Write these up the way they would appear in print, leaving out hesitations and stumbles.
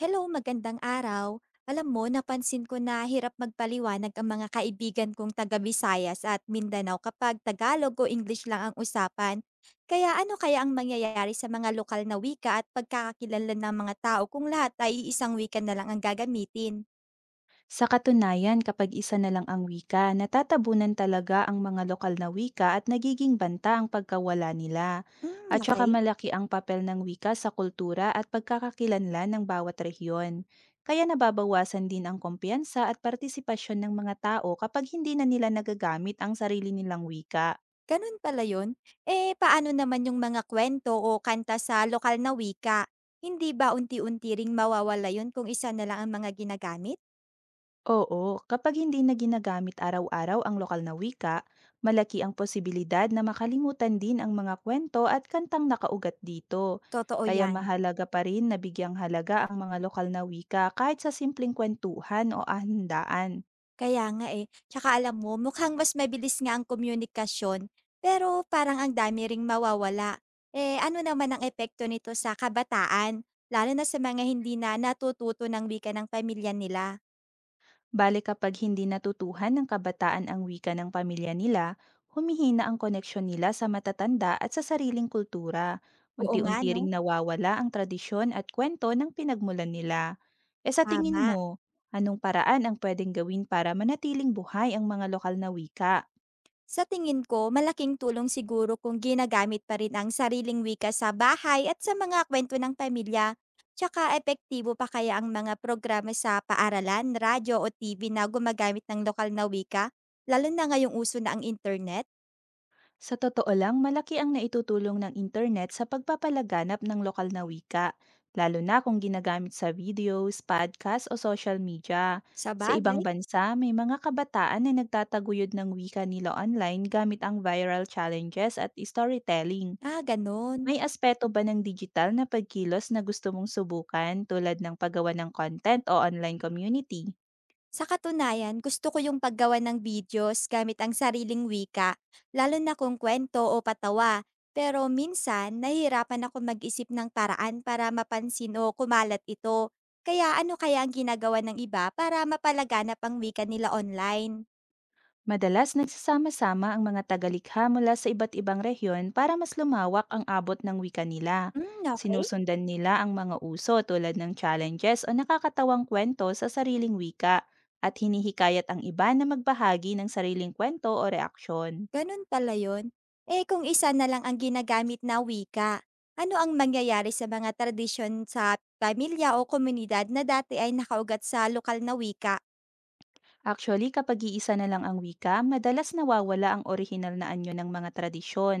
Hello, magandang araw. Alam mo, napansin ko na hirap magpaliwanag ang mga kaibigan kong taga Visayas at Mindanao kapag Tagalog o English lang ang usapan. Kaya ano kaya ang mangyayari sa mga lokal na wika at pagkakakilanlan ng mga tao kung lahat ay isang wika na lang ang gagamitin? Sa katunayan, kapag isa na lang ang wika, natatabunan talaga ang mga lokal na wika at nagiging banta ang pagkawala nila. Hmm, At saka okay. malaki ang papel ng wika sa kultura at pagkakakilanlan ng bawat rehiyon. Kaya nababawasan din ang kumpiyansa at partisipasyon ng mga tao kapag hindi na nila nagagamit ang sarili nilang wika. Ganun pala yun. Eh, paano naman yung mga kwento o kanta sa lokal na wika? Hindi ba unti-unti ring mawawala yun kung isa na lang ang mga ginagamit? Oo, kapag hindi na ginagamit araw-araw ang lokal na wika, malaki ang posibilidad na makalimutan din ang mga kwento at kantang nakaugat dito. Totoo Kaya yan. mahalaga pa rin na bigyang halaga ang mga lokal na wika kahit sa simpleng kwentuhan o ahandaan. Kaya nga eh. Tsaka alam mo, mukhang mas mabilis nga ang komunikasyon, pero parang ang dami ring mawawala. Eh ano naman ang epekto nito sa kabataan, lalo na sa mga hindi na natututo ng wika ng pamilya nila? Bale kapag hindi natutuhan ng kabataan ang wika ng pamilya nila, humihina ang koneksyon nila sa matatanda at sa sariling kultura. Oo nga Unti-unti 'no, ring nawawala ang tradisyon at kwento ng pinagmulan nila. E sa tingin tama. mo, anong paraan ang pwedeng gawin para manatiling buhay ang mga lokal na wika? Sa tingin ko, malaking tulong siguro kung ginagamit pa rin ang sariling wika sa bahay at sa mga kwento ng pamilya. Tsaka epektibo pa kaya ang mga programa sa paaralan, radyo o TV na gumagamit ng lokal na wika, lalo na ngayong uso na ang internet? Sa totoo lang, malaki ang naitutulong ng internet sa pagpapalaganap ng lokal na wika, lalo na kung ginagamit sa videos, podcast o social media. Sa Sa ibang bagay? bansa, may mga kabataan na nagtataguyod ng wika nila online gamit ang viral challenges at storytelling. Ah, ganun. May aspeto ba ng digital na pagkilos na gusto mong subukan, tulad ng paggawa ng content o online community? Sa katunayan, gusto ko yung paggawa ng videos gamit ang sariling wika, lalo na kung kwento o patawa. Pero minsan, nahihirapan ako mag-isip ng paraan para mapansin o kumalat ito. Kaya ano kaya ang ginagawa ng iba para mapalaganap ang wika nila online? Madalas nagsasama-sama ang mga tagalikha mula sa iba't ibang rehiyon para mas lumawak ang abot ng wika nila. Hmm, okay. Sinusundan nila ang mga uso tulad ng challenges o nakakatawang kwento sa sariling wika, at hinihikayat ang iba na magbahagi ng sariling kwento o reaksyon. Ganun pala yun. Eh kung isa na lang ang ginagamit na wika, ano ang mangyayari sa mga tradisyon sa pamilya o komunidad na dati ay nakaugat sa lokal na wika? Actually, kapag iisa na lang ang wika, madalas nawawala ang orihinal na anyo ng mga tradisyon,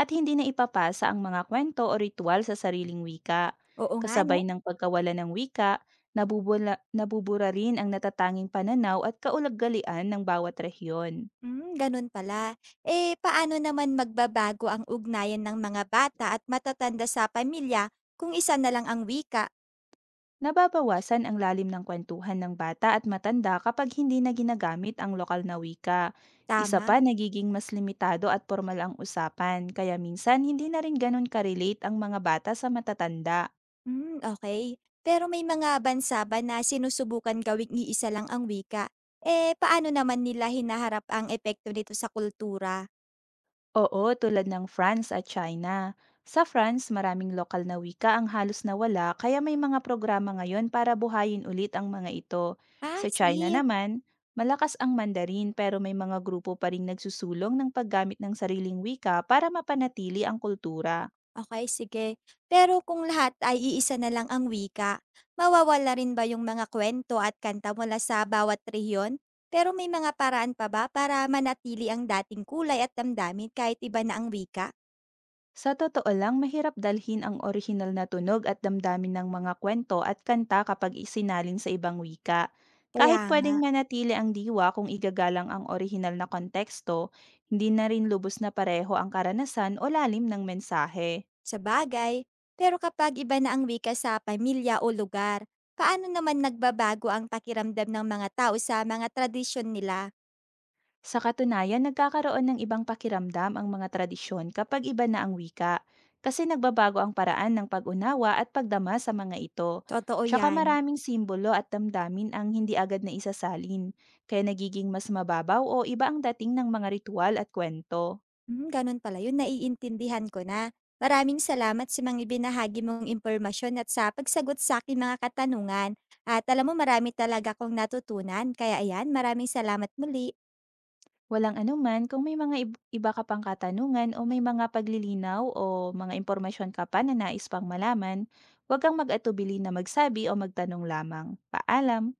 at hindi na ipapasa ang mga kwento o ritual sa sariling wika. Oo nga, no? Kasabay ng pagkawala ng wika, nabubula, nabubura rin ang natatanging pananaw at kaulaggalian ng bawat rehiyon. Hmm, ganun pala. Eh, paano naman magbabago ang ugnayan ng mga bata at matatanda sa pamilya kung isa na lang ang wika? Nababawasan ang lalim ng kwentuhan ng bata at matanda kapag hindi na ginagamit ang lokal na wika. Isa Tama? pa, nagiging mas limitado at formal ang usapan, kaya minsan hindi na rin ganun karelate ang mga bata sa matatanda. Hmm, okay. Pero may mga bansa ba na sinusubukan gawing iisa lang ang wika? Eh, paano naman nila hinaharap ang epekto nito sa kultura? Oo, tulad ng France at China. Sa France, maraming lokal na wika ang halos nawala, kaya may mga programa ngayon para buhayin ulit ang mga ito. Ah, Sa China sige. naman, malakas ang Mandarin, pero may mga grupo pa rin nagsusulong ng paggamit ng sariling wika para mapanatili ang kultura. Okey, sige. Pero kung lahat ay iisa na lang ang wika, mawawala rin ba yung mga kwento at kanta mula sa bawat rehiyon? Pero may mga paraan pa ba para manatili ang dating kulay at damdamin kahit iba na ang wika? Sa totoo lang, mahirap dalhin ang orihinal na tunog at damdamin ng mga kwento at kanta kapag isinalin sa ibang wika. Kaya Kahit nga, pwedeng manatili ang diwa kung igagalang ang orihinal na konteksto, hindi na rin lubos na pareho ang karanasan o lalim ng mensahe. sa bagay. Pero kapag iba na ang wika sa pamilya o lugar, paano naman nagbabago ang pakiramdam ng mga tao sa mga tradisyon nila? Sa katunayan, nagkakaroon ng ibang pakiramdam ang mga tradisyon kapag iba na ang wika, kasi nagbabago ang paraan ng pag-unawa at pagdama sa mga ito. Totoo Tsaka yan. maraming simbolo at damdamin ang hindi agad na isasalin, kaya nagiging mas mababaw o iba ang dating ng mga ritual at kwento. Hmm, ganun pala yun. Naiintindihan ko na. Maraming salamat sa mga ibinahagi mong impormasyon at sa pagsagot sa aking mga katanungan. At alam mo, marami talaga akong natutunan. Kaya ayan, maraming salamat muli. Walang anuman, kung may mga iba ka pang katanungan o may mga paglilinaw o mga impormasyon ka pa na nais pang malaman, huwag kang mag-atubili na magsabi o magtanong lamang. Paalam!